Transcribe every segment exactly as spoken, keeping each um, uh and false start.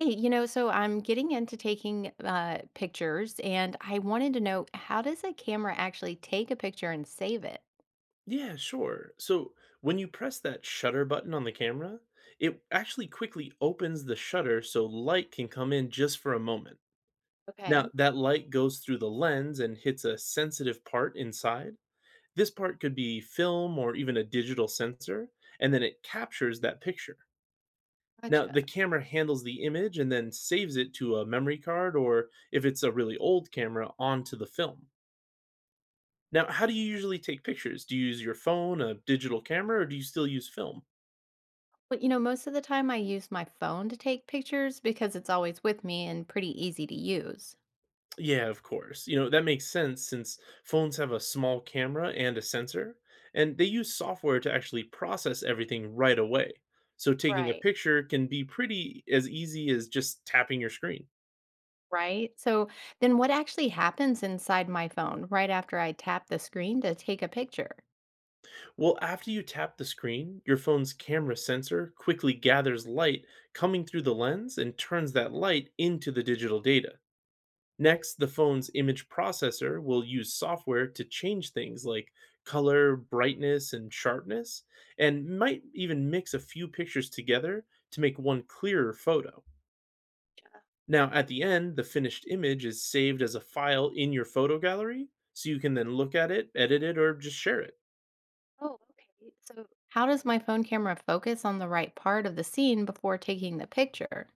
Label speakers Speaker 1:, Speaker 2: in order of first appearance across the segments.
Speaker 1: Hey, you know, so I'm getting into taking uh, pictures, and I wanted to know how does a camera actually take a picture and save it?
Speaker 2: Yeah, sure. So when you press that shutter button on the camera, it actually quickly opens the shutter so light can come in just for a moment. Now,
Speaker 1: Okay,
Speaker 2: that light goes through the lens and hits a sensitive part inside. This part could be film or even a digital sensor, and then it captures that picture. Now,
Speaker 1: gotcha.
Speaker 2: the camera handles the image and then saves it to a memory card or, if it's a really old camera, onto the film. Now, how do you usually take pictures? Do you use your phone, a digital camera, or do you still use film?
Speaker 1: But you know, most of the time I use my phone to take pictures because it's always with me and pretty easy to use.
Speaker 2: Yeah, of course. You know, that makes sense since phones have a small camera and a sensor, and they use software to actually process everything right away. So taking a
Speaker 1: Right.
Speaker 2: picture can be pretty as easy as just tapping your screen.
Speaker 1: Right? So then what actually happens inside my phone right after I tap the screen to take a picture?
Speaker 2: Well, after you tap the screen, your phone's camera sensor quickly gathers light coming through the lens and turns that light into the digital data. Next, the phone's image processor will use software to change things like color, brightness, and sharpness, and might even mix a few pictures together to make one clearer photo. Now, at the end, the finished image is saved as a file in your photo gallery, so you can then look at it, edit it, or just share it.
Speaker 1: Oh, okay. So, how does my phone camera focus on the right part of the scene before taking the picture?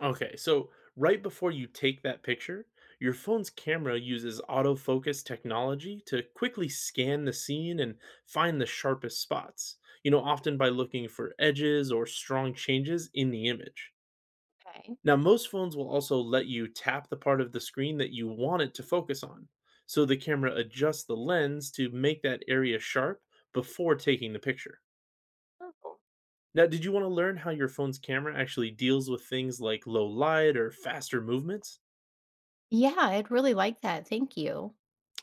Speaker 2: Okay, so right before you take that picture, your phone's camera uses autofocus technology to quickly scan the scene and find the sharpest spots, you know, often by looking for edges or strong changes in the image.
Speaker 1: Okay.
Speaker 2: Now, most phones will also let you tap the part of the screen that you want it to focus on. So the camera adjusts the lens to make that area sharp before taking the picture.
Speaker 1: Oh.
Speaker 2: Now, did you want to learn how your phone's camera actually deals with things like low light or faster movements?
Speaker 1: Yeah, I'd really like that. Thank you.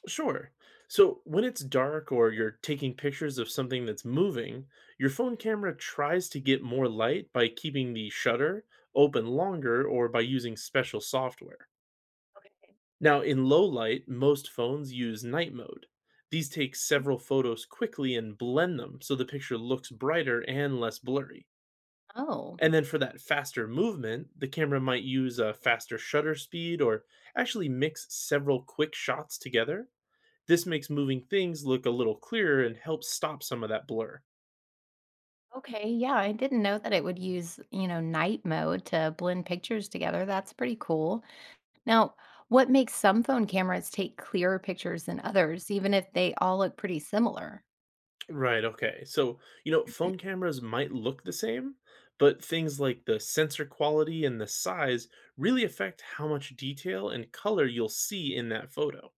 Speaker 2: Sure. So when it's dark or you're taking pictures of something that's moving, your phone camera tries to get more light by keeping the shutter open longer or by using special software.
Speaker 1: Okay.
Speaker 2: Now, in low light, most phones use night mode. These take several photos quickly and blend them so the picture looks brighter and less blurry.
Speaker 1: Oh,
Speaker 2: And then for that faster movement, the camera might use a faster shutter speed or actually mix several quick shots together. This makes moving things look a little clearer and helps stop some of that blur.
Speaker 1: okay. Yeah, I didn't know that it would use, you know, night mode to blend pictures together. That's pretty cool. Now, what makes some phone cameras take clearer pictures than others, even if they all look pretty similar?
Speaker 2: Right, okay. So, you know, phone cameras might look the same, but things like the sensor quality and the size really affect how much detail and color you'll see in that photo.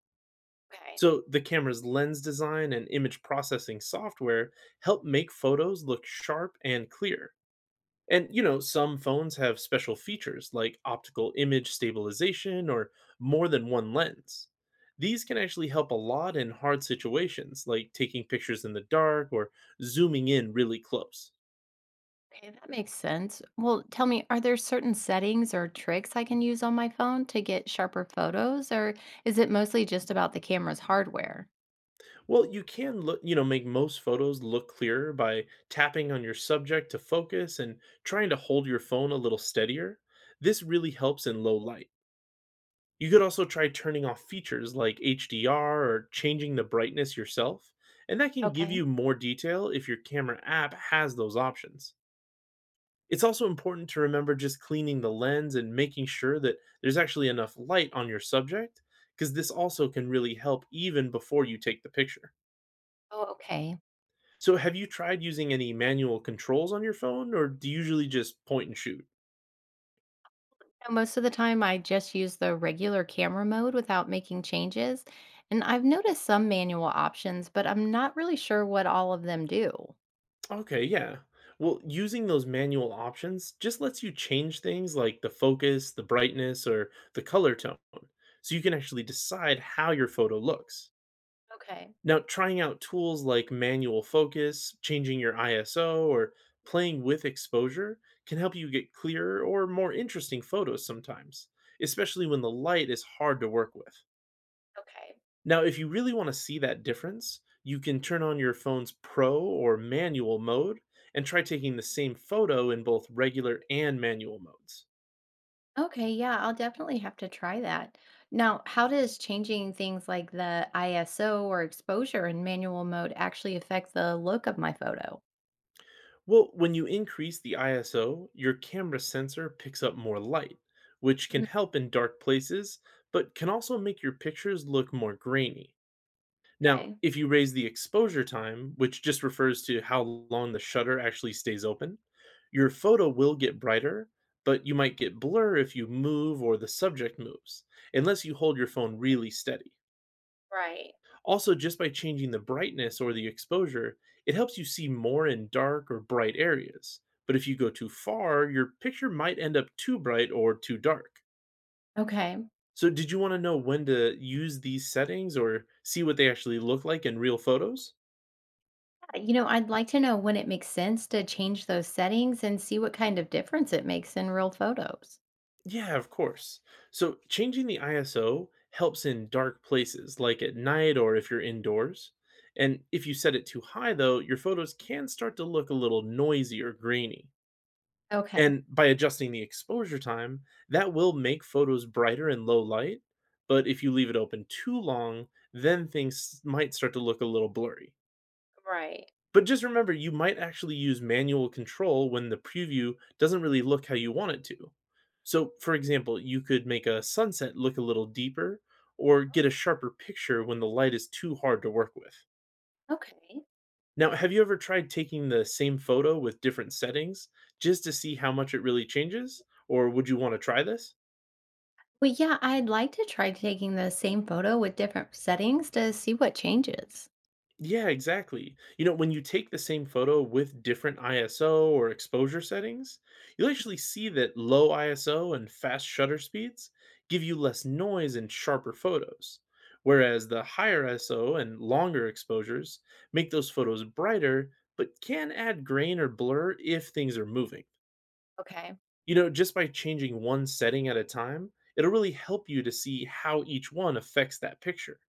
Speaker 1: Okay.
Speaker 2: So, the camera's lens design and image processing software help make photos look sharp and clear. And you know, some phones have special features like optical image stabilization or more than one lens. These can actually help a lot in hard situations like taking pictures in the dark or zooming in really close.
Speaker 1: Okay, that makes sense. Well, tell me, are there certain settings or tricks I can use on my phone to get sharper photos, or is it mostly just about the camera's hardware?
Speaker 2: Well, you can look, you know, make most photos look clearer by tapping on your subject to focus and trying to hold your phone a little steadier. This really helps in low light. You could also try turning off features like H D R or changing the brightness yourself, and that can give
Speaker 1: Okay.
Speaker 2: you more detail if your camera app has those options. It's also important to remember just cleaning the lens and making sure that there's actually enough light on your subject, because this also can really help even before you take the picture.
Speaker 1: Oh, okay.
Speaker 2: So, have you tried using any manual controls on your phone, or do you usually just point and shoot?
Speaker 1: And most of the time, I just use the regular camera mode without making changes. And I've noticed some manual options, but I'm not really sure what all of them do.
Speaker 2: Okay, yeah. Well, using those manual options just lets you change things like the focus, the brightness, or the color tone, so you can actually decide how your photo looks.
Speaker 1: Okay.
Speaker 2: Now, trying out tools like manual focus, changing your I S O, or playing with exposure can help you get clearer or more interesting photos sometimes, especially when the light is hard to work with.
Speaker 1: Okay.
Speaker 2: Now, if you really want to see that difference, you can turn on your phone's pro or manual mode and try taking the same photo in both regular and manual modes.
Speaker 1: Okay. Yeah, I'll definitely have to try that. Now, how does changing things like the I S O or exposure in manual mode actually affect the look of my photo?
Speaker 2: Well, when you increase the I S O, your camera sensor picks up more light, which can
Speaker 1: Mhm.
Speaker 2: help in dark places, but can also make your pictures look more grainy. Now,
Speaker 1: Okay.
Speaker 2: if you raise the exposure time, which just refers to how long the shutter actually stays open, your photo will get brighter, but you might get blur if you move or the subject moves, unless you hold your phone really steady.
Speaker 1: Right.
Speaker 2: Also, just by changing the brightness or the exposure, it helps you see more in dark or bright areas. But if you go too far, your picture might end up too bright or too dark.
Speaker 1: Okay.
Speaker 2: So, did you want to know when to use these settings or see what they actually look like in real photos?
Speaker 1: Yeah, you know, I'd like to know when it makes sense to change those settings and see what kind of difference it makes in real photos.
Speaker 2: Yeah, of course. So changing the I S O helps in dark places, like at night or if you're indoors. And if you set it too high, though, your photos can start to look a little noisy or grainy.
Speaker 1: Okay.
Speaker 2: And by adjusting the exposure time, that will make photos brighter in low light. But if you leave it open too long, then things might start to look a little blurry.
Speaker 1: Right.
Speaker 2: But just remember, you might actually use manual control when the preview doesn't really look how you want it to. So, for example, you could make a sunset look a little deeper or get a sharper picture when the light is too hard to work with.
Speaker 1: Okay.
Speaker 2: Now, have you ever tried taking the same photo with different settings just to see how much it really changes? Or would you want to try this?
Speaker 1: Well, yeah, I'd like to try taking the same photo with different settings to see what changes.
Speaker 2: Yeah, exactly. You know, when you take the same photo with different I S O or exposure settings, you'll actually see that low I S O and fast shutter speeds give you less noise and sharper photos, whereas the higher I S O and longer exposures make those photos brighter but can add grain or blur if things are moving.
Speaker 1: Okay.
Speaker 2: You know, just by changing one setting at a time, it'll really help you to see how each one affects that picture.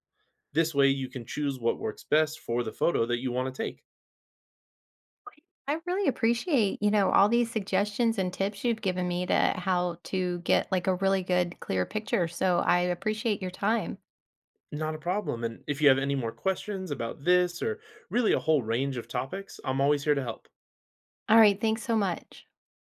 Speaker 2: This way, you can choose what works best for the photo that you want to take.
Speaker 1: I really appreciate, you know, all these suggestions and tips you've given me to how to get like a really good clear picture. So I appreciate your time.
Speaker 2: Not a problem. And if you have any more questions about this or really a whole range of topics, I'm always here to help.
Speaker 1: All right, thanks so much.